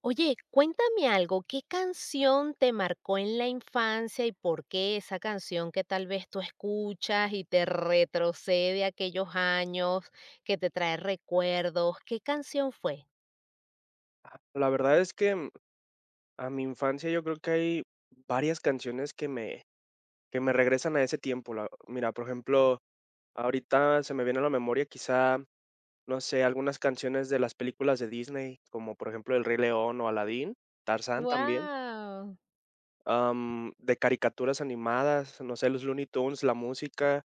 Oye, cuéntame algo, ¿qué canción te marcó en la infancia y por qué esa canción que tal vez tú escuchas y te retrocede a aquellos años, que te trae recuerdos? ¿Qué canción fue? La verdad es que, a mi infancia yo creo que hay varias canciones que me regresan a ese tiempo. La mira, por ejemplo, ahorita se me viene a la memoria quizá, no sé, algunas canciones de las películas de Disney, como por ejemplo El Rey León o Aladín, Tarzán también, Wow. De caricaturas animadas, no sé, los Looney Tunes, la música,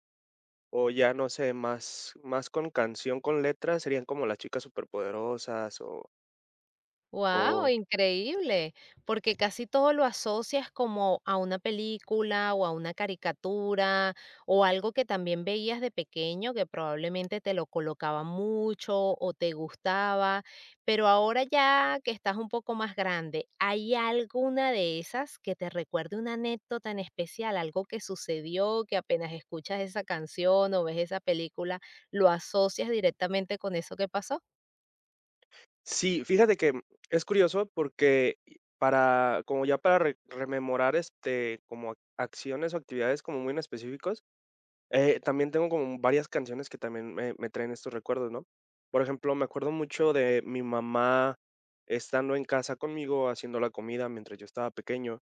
o ya no sé, más con canción, con letras serían como Las Chicas Superpoderosas Wow, o increíble, porque casi todo lo asocias como a una película o a una caricatura o algo que también veías de pequeño que probablemente te lo colocaba mucho o te gustaba, pero ahora ya que estás un poco más grande, ¿hay alguna de esas que te recuerde una anécdota en especial, algo que sucedió, que apenas escuchas esa canción o ves esa película, lo asocias directamente con eso que pasó? sí. Fíjate que es curioso porque y para como ya para re rememorar, como acciones o actividades como muy en específicos, también tengo como varias canciones que también me traen estos recuerdos, ¿no? Por ejemplo, me acuerdo mucho de mi mamá estando en casa conmigo haciendo la comida mientras yo estaba pequeño,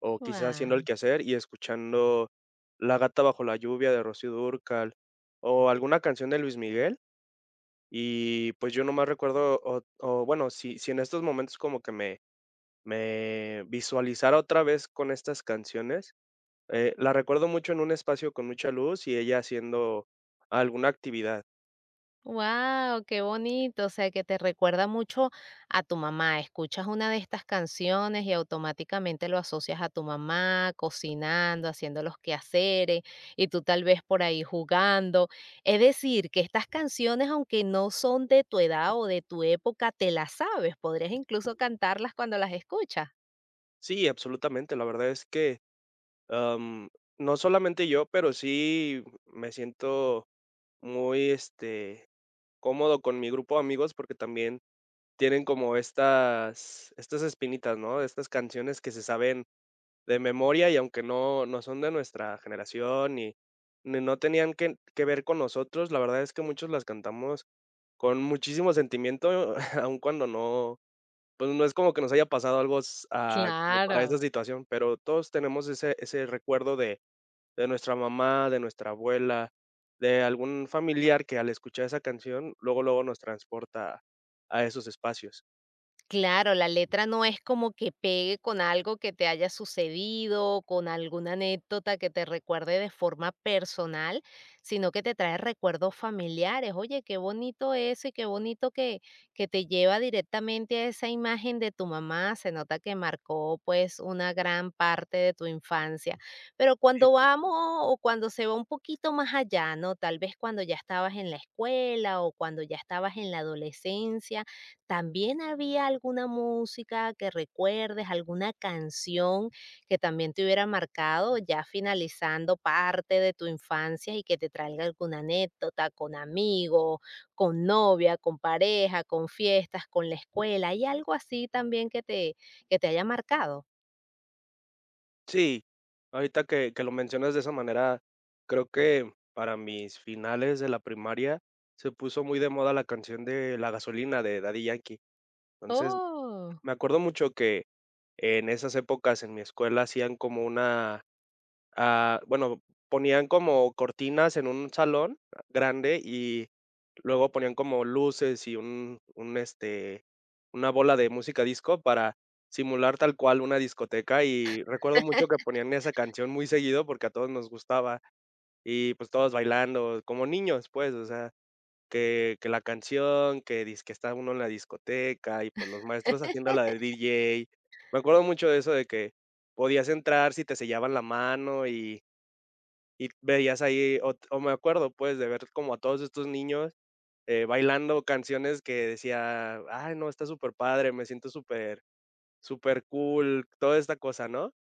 o quizás haciendo Guau. el quehacer y escuchando La gata bajo la lluvia de Rocío Dúrcal, o alguna canción de Luis Miguel. Y pues yo nomás recuerdo, o bueno, si en estos momentos como que me visualizara otra vez con estas canciones, la recuerdo mucho en un espacio con mucha luz y ella haciendo alguna actividad. Wow, qué bonito, o sea, que te recuerda mucho a tu mamá. Escuchas una de estas canciones y automáticamente lo asocias a tu mamá cocinando, haciendo los quehaceres y tú tal vez por ahí jugando. Es decir, que estas canciones, aunque no son de tu edad o de tu época, te las sabes. Podrías incluso cantarlas cuando las escuchas. Sí, absolutamente, la verdad es que, am, no solamente yo, pero sí me siento muy, cómodo con mi grupo de amigos porque también tienen como estas espinitas, ¿no? Estas canciones que se saben de memoria y aunque no son de nuestra generación y ni no tenían que ver con nosotros, la verdad es que muchos las cantamos con muchísimo sentimiento, aun cuando no, pues, no es como que nos haya pasado algo como para esa Claro. situación, pero todos tenemos ese recuerdo de nuestra mamá, de nuestra abuela, de algún familiar que al escuchar esa canción, luego, luego nos transporta a esos espacios. Claro, la letra no es como que pegue con algo que te haya sucedido, con alguna anécdota que te recuerde de forma personal, sino que te trae recuerdos familiares. Oye, qué bonito eso y qué bonito que te lleva directamente a esa imagen de tu mamá. Se nota que marcó pues una gran parte de tu infancia. Pero cuando vamos o cuando se va un poquito más allá, ¿no? Tal vez cuando ya estabas en la escuela o cuando ya estabas en la adolescencia, ¿también había alguna música que recuerdes, alguna canción que también te hubiera marcado, ya finalizando parte de tu infancia y que te traiga alguna anécdota con amigos, con novia, con pareja, con fiestas, con la escuela? ¿Hay algo así también que te haya marcado? Sí, ahorita que lo mencionas de esa manera, creo que para mis finales de la primaria se puso muy de moda la canción de La Gasolina de Daddy Yankee. Entonces, Oh. me acuerdo mucho que en esas épocas en mi escuela hacían como una. Ah, bueno, ponían como cortinas en un salón grande y luego ponían como luces y un, una bola de música disco para simular tal cual una discoteca, y recuerdo mucho que ponían esa canción muy seguido porque a todos nos gustaba y, pues, todos bailando, como niños, pues, o sea, que la canción, que dizque está uno en la discoteca y, pues, los maestros haciendo la de DJ. Me acuerdo mucho de eso de que podías entrar si te sellaban la mano y veías ahí, o me acuerdo, pues, de ver como a todos estos niños, bailando canciones que decía: "Ay, no, está súper padre, me siento súper cool toda esta cosa, ¿no?".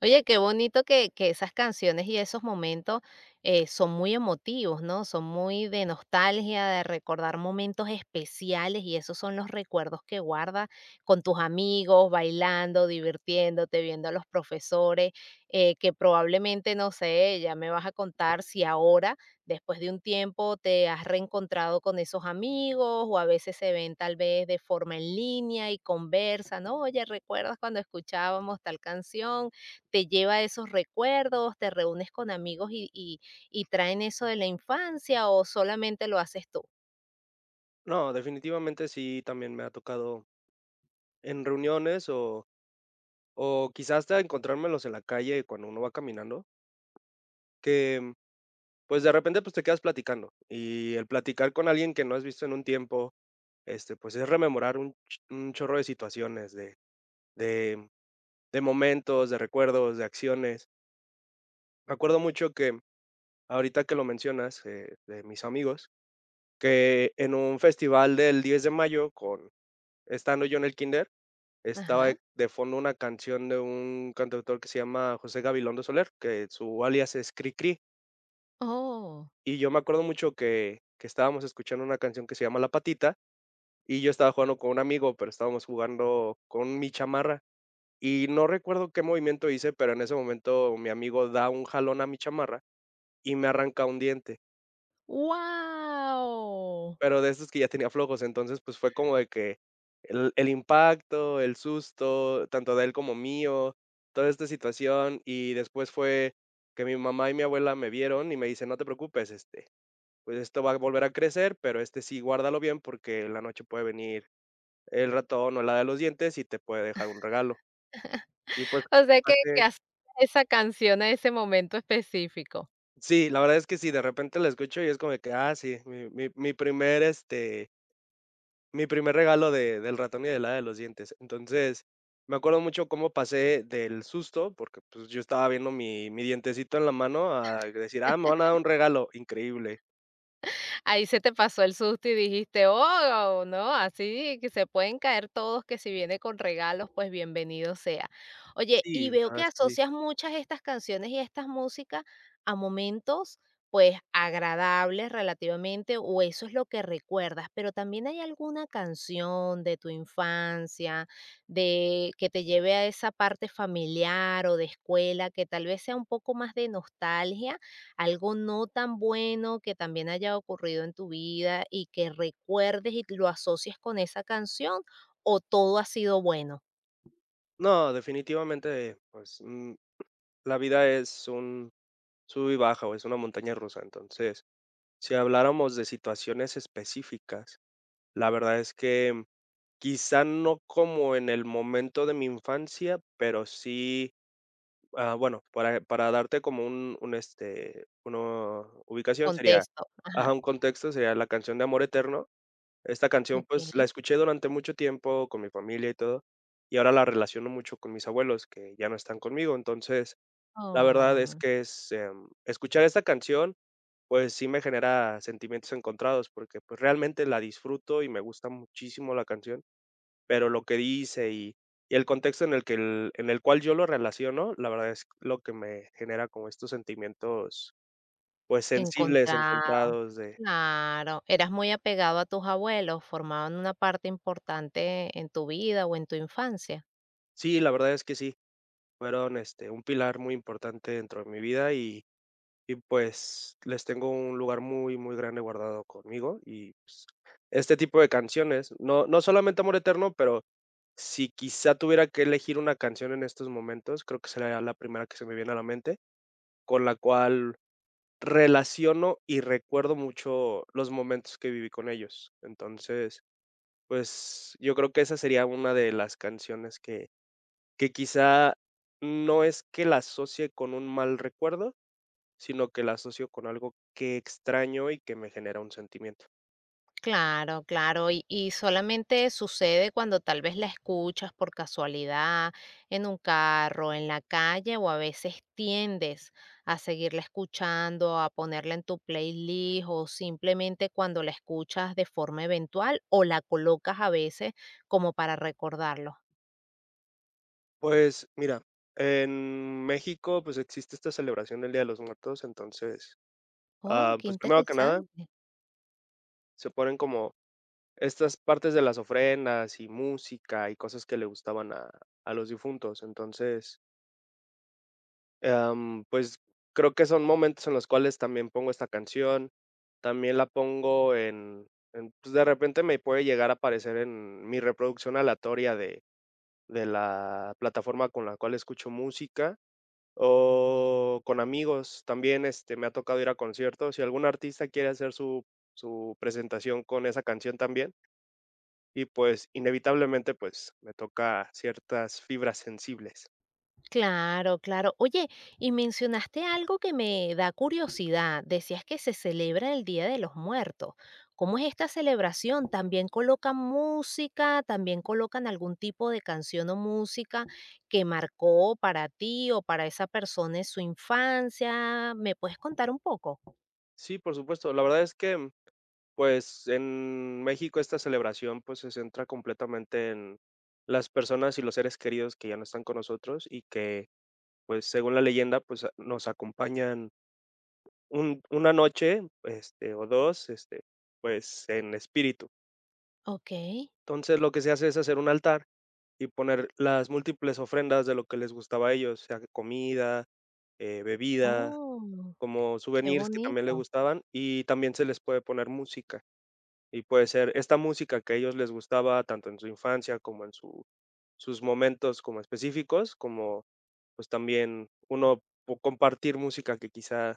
Oye, qué bonito que esas canciones y esos momentos son muy emotivos, ¿no? Son muy de nostalgia, de recordar momentos especiales y esos son los recuerdos que guardas con tus amigos, bailando, divirtiéndote, viendo a los profesores, que probablemente, no sé, ya me vas a contar si ahora, después de un tiempo, te has reencontrado con esos amigos o a veces se ven tal vez de forma en línea y conversan, ¿no? Oye, ¿recuerdas cuando escuchábamos tal canción? Te lleva a esos recuerdos, te reúnes con amigos y y traen eso de la infancia, ¿o solamente lo haces tú? No, definitivamente sí, también me ha tocado en reuniones o quizás hasta encontrármelos en la calle cuando uno va caminando, que, pues, de repente, pues, te quedas platicando, y el platicar con alguien que no has visto en un tiempo, pues, es rememorar un chorro de situaciones de de momentos, de recuerdos, de acciones. Me acuerdo mucho que, ahorita que lo mencionas, de mis amigos, que en un festival del 10 de mayo con estando yo en el kinder, estaba Ajá. de fondo una canción de un cantautor que se llama José Gabilondo Soler, que su alias es Cri Cri. Oh, Y yo me acuerdo mucho que estábamos escuchando una canción que se llama La Patita, y yo estaba jugando con un amigo, pero estábamos jugando con mi chamarra. Y no recuerdo qué movimiento hice, pero en ese momento mi amigo da un jalón a mi chamarra y me arranca un diente, ¡guau! pero de esos que ya tenía flojos. Entonces, pues, fue como de que el impacto, el susto, tanto de él como mío, toda esta situación, y después fue que mi mamá y mi abuela me vieron y me dicen: "No te preocupes, este, pues, esto va a volver a crecer, pero, este, sí, guárdalo bien porque en la noche puede venir el ratón o la de los dientes y te puede dejar un regalo". Y, pues, O sea, que hace asocia esa canción a ese momento específico. sí, la verdad es que sí, de repente la escucho y es como de que, ah, sí, mi primer, este, mi primer regalo de del ratón y de la de los dientes. Entonces, me acuerdo mucho cómo pasé del susto, porque, pues, yo estaba viendo mi dientecito en la mano a decir: "Ah, me van a dar un regalo". Increíble. Ahí se te pasó el susto y dijiste: "Oh, no, así que se pueden caer todos, que si viene con regalos, pues bienvenido sea". Oye, y Sí, la veo que verdad es que sí. asocias muchas estas canciones y estas músicas a momentos, pues, agradables relativamente, o eso es lo que recuerdas, pero también hay alguna canción de tu infancia, de que te lleve a esa parte familiar o de escuela, que tal vez sea un poco más de nostalgia, algo no tan bueno que también haya ocurrido en tu vida y que recuerdes y lo asocies con esa canción ¿o todo ha sido bueno? No, definitivamente, pues, la vida es un sub y baja, o es una montaña rusa. Entonces, si habláramos de situaciones específicas, la verdad es que quizá no como en el momento de mi infancia, pero sí. Ah, bueno, para darte como un, una ubicación sería Contexto, ajá, ajá, un contexto, sería la canción de Amor Eterno. Esta canción, pues, la okey. escuché durante mucho tiempo con mi familia y todo, y ahora la relaciono mucho con mis abuelos, que ya no están conmigo. Entonces, la verdad es Oh, que es, escuchar esta canción, pues, sí me genera sentimientos encontrados, porque, pues, realmente la disfruto y me gusta muchísimo la canción. Pero lo que dice y el contexto en el que el en el cual yo lo relaciono, la verdad es lo que me genera como estos sentimientos, pues, sensibles, encontrado, encontrados de claro. Eras muy apegado a tus abuelos, formaban una parte importante en tu vida o en tu infancia. sí. La verdad es que sí, fueron, este, un pilar muy importante dentro de mi vida y, pues, les tengo un lugar muy, muy grande guardado conmigo y, pues, este tipo de canciones, no solamente Amor Eterno, pero si quizá tuviera que elegir una canción en estos momentos, creo que sería la primera que se me viene a la mente, con la cual relaciono y recuerdo mucho los momentos que viví con ellos. Entonces, pues, yo creo que esa sería una de las canciones que quizá no es que la asocie con un mal recuerdo, sino que la asocio con algo que extraño y que me genera un sentimiento. Claro, claro, y solamente sucede cuando tal vez la escuchas por casualidad, en un carro, en la calle, o a veces tiendes a seguirla escuchando, a ponerla en tu playlist, o simplemente cuando la escuchas de forma eventual, o la colocas a veces como para recordarlo. Pues mira, en México, pues, existe esta celebración del Día de los Muertos. Entonces, Oh, ah, qué pues, primero que nada, interesante. se ponen como estas partes de las ofrendas y música y cosas que le gustaban a los difuntos. Entonces, pues, creo que son momentos en los cuales también pongo esta canción, también la pongo en pues, de repente me puede llegar a aparecer en mi reproducción aleatoria de la plataforma con la cual escucho música, o con amigos. También, este, me ha tocado ir a conciertos. Si algún artista quiere hacer su presentación con esa canción también, y pues inevitablemente, pues me toca ciertas fibras sensibles. Claro, claro. Oye, y mencionaste algo que me da curiosidad. Decías que se celebra el Día de los Muertos. ¿Cómo es esta celebración? ¿También colocan música? ¿También colocan algún tipo de canción o música que marcó para ti o para esa persona en su infancia? ¿Me puedes contar un poco? Sí, por supuesto. La verdad es que, pues, en México esta celebración pues se centra completamente en las personas y los seres queridos que ya no están con nosotros y que, pues, según la leyenda, pues, nos acompañan una noche, este, o dos, este, pues en espíritu. Ok. Entonces lo que se hace es hacer un altar y poner las múltiples ofrendas de lo que les gustaba a ellos, sea comida, bebida, Oh, como qué souvenirs que también le bonito. gustaban, y también se les puede poner música, y puede ser esta música que a ellos les gustaba tanto en su infancia como en su sus momentos como específicos, como, pues, también uno po compartir música que quizá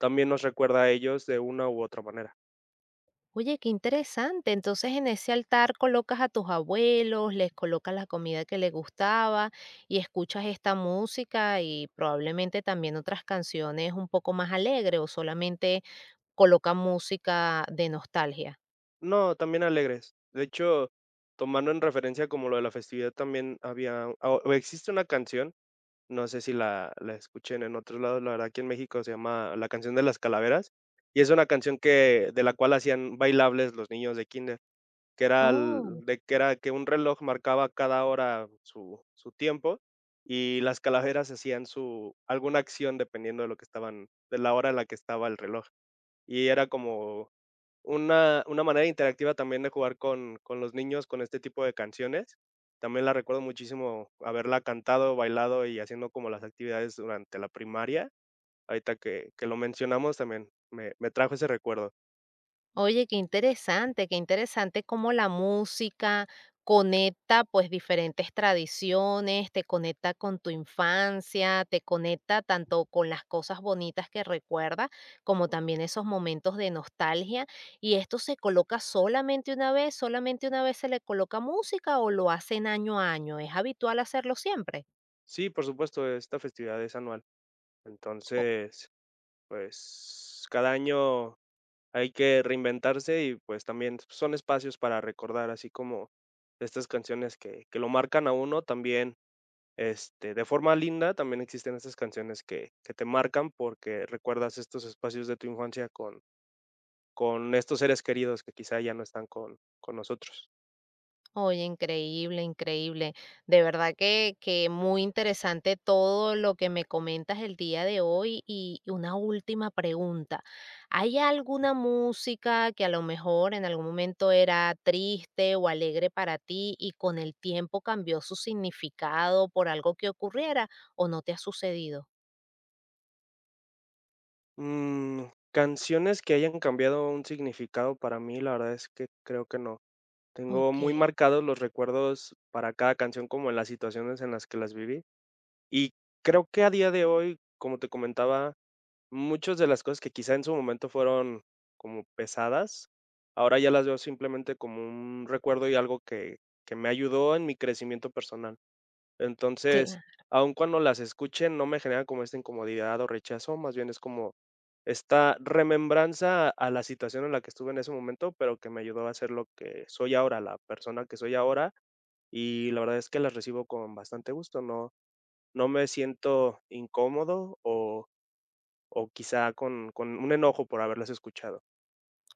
también nos recuerda a ellos de una u otra manera. Oye, qué interesante. Entonces en ese altar colocas a tus abuelos, les colocas la comida que les gustaba y escuchas esta música y probablemente también otras canciones un poco más alegres o solamente colocan música de nostalgia. No, también alegres. De hecho, tomando en referencia como lo de la festividad, también había o existe una canción. No sé si la escuchen en otros lados, la verdad aquí en México se llama La canción de las calaveras, y es una canción que de la cual hacían bailables los niños de kinder, que era Oh. Que un reloj marcaba cada hora su tiempo, y las calaveras hacían su alguna acción dependiendo de lo que estaban de la hora en la que estaba el reloj, y era como una manera interactiva también de jugar con los niños con este tipo de canciones. También la recuerdo muchísimo haberla cantado, bailado y haciendo como las actividades durante la primaria. Ahorita que lo mencionamos también me trajo ese recuerdo. Oye, qué interesante cómo la música conecta pues diferentes tradiciones, te conecta con tu infancia, te conecta tanto con las cosas bonitas que recuerdas como también esos momentos de nostalgia. ¿Y esto se coloca solamente una vez? ¿Solamente una vez se le coloca música o lo hacen año a año? ¿Es habitual hacerlo siempre? Sí, por supuesto, esta festividad es anual. Entonces, pues, cada año hay que reinventarse y, pues, también son espacios para recordar, así como estas canciones que lo marcan a uno, también este, de forma linda, también existen estas canciones que te marcan, porque recuerdas estos espacios de tu infancia con estos seres queridos que quizá ya no están con nosotros. Oye, increíble, increíble. De verdad que muy interesante todo lo que me comentas el día de hoy. Y una última pregunta. ¿Hay alguna música que a lo mejor en algún momento era triste o alegre para ti y con el tiempo cambió su significado por algo que ocurriera o no te ha sucedido? Mm, canciones que hayan cambiado un significado para mí, la verdad es que creo que no. Tengo Ok, muy marcados los recuerdos para cada canción, como en las situaciones en las que las viví. Y creo que a día de hoy, como te comentaba, muchas de las cosas que quizá en su momento fueron como pesadas, ahora ya las veo simplemente como un recuerdo y algo que me ayudó en mi crecimiento personal. Entonces, claro. aun cuando las escuchen no me genera como esta incomodidad o rechazo, más bien es como esta remembranza a la situación en la que estuve en ese momento, pero que me ayudó a ser lo que soy ahora, la persona que soy ahora, y la verdad es que las recibo con bastante gusto, no me siento incómodo o quizá con un enojo por haberlas escuchado.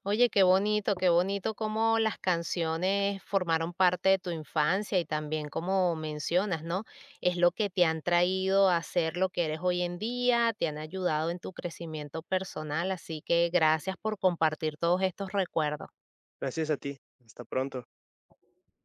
Oye, qué bonito cómo las canciones formaron parte de tu infancia y también como mencionas, ¿no? Es lo que te han traído a ser lo que eres hoy en día, te han ayudado en tu crecimiento personal, así que gracias por compartir todos estos recuerdos. Gracias a ti, hasta pronto.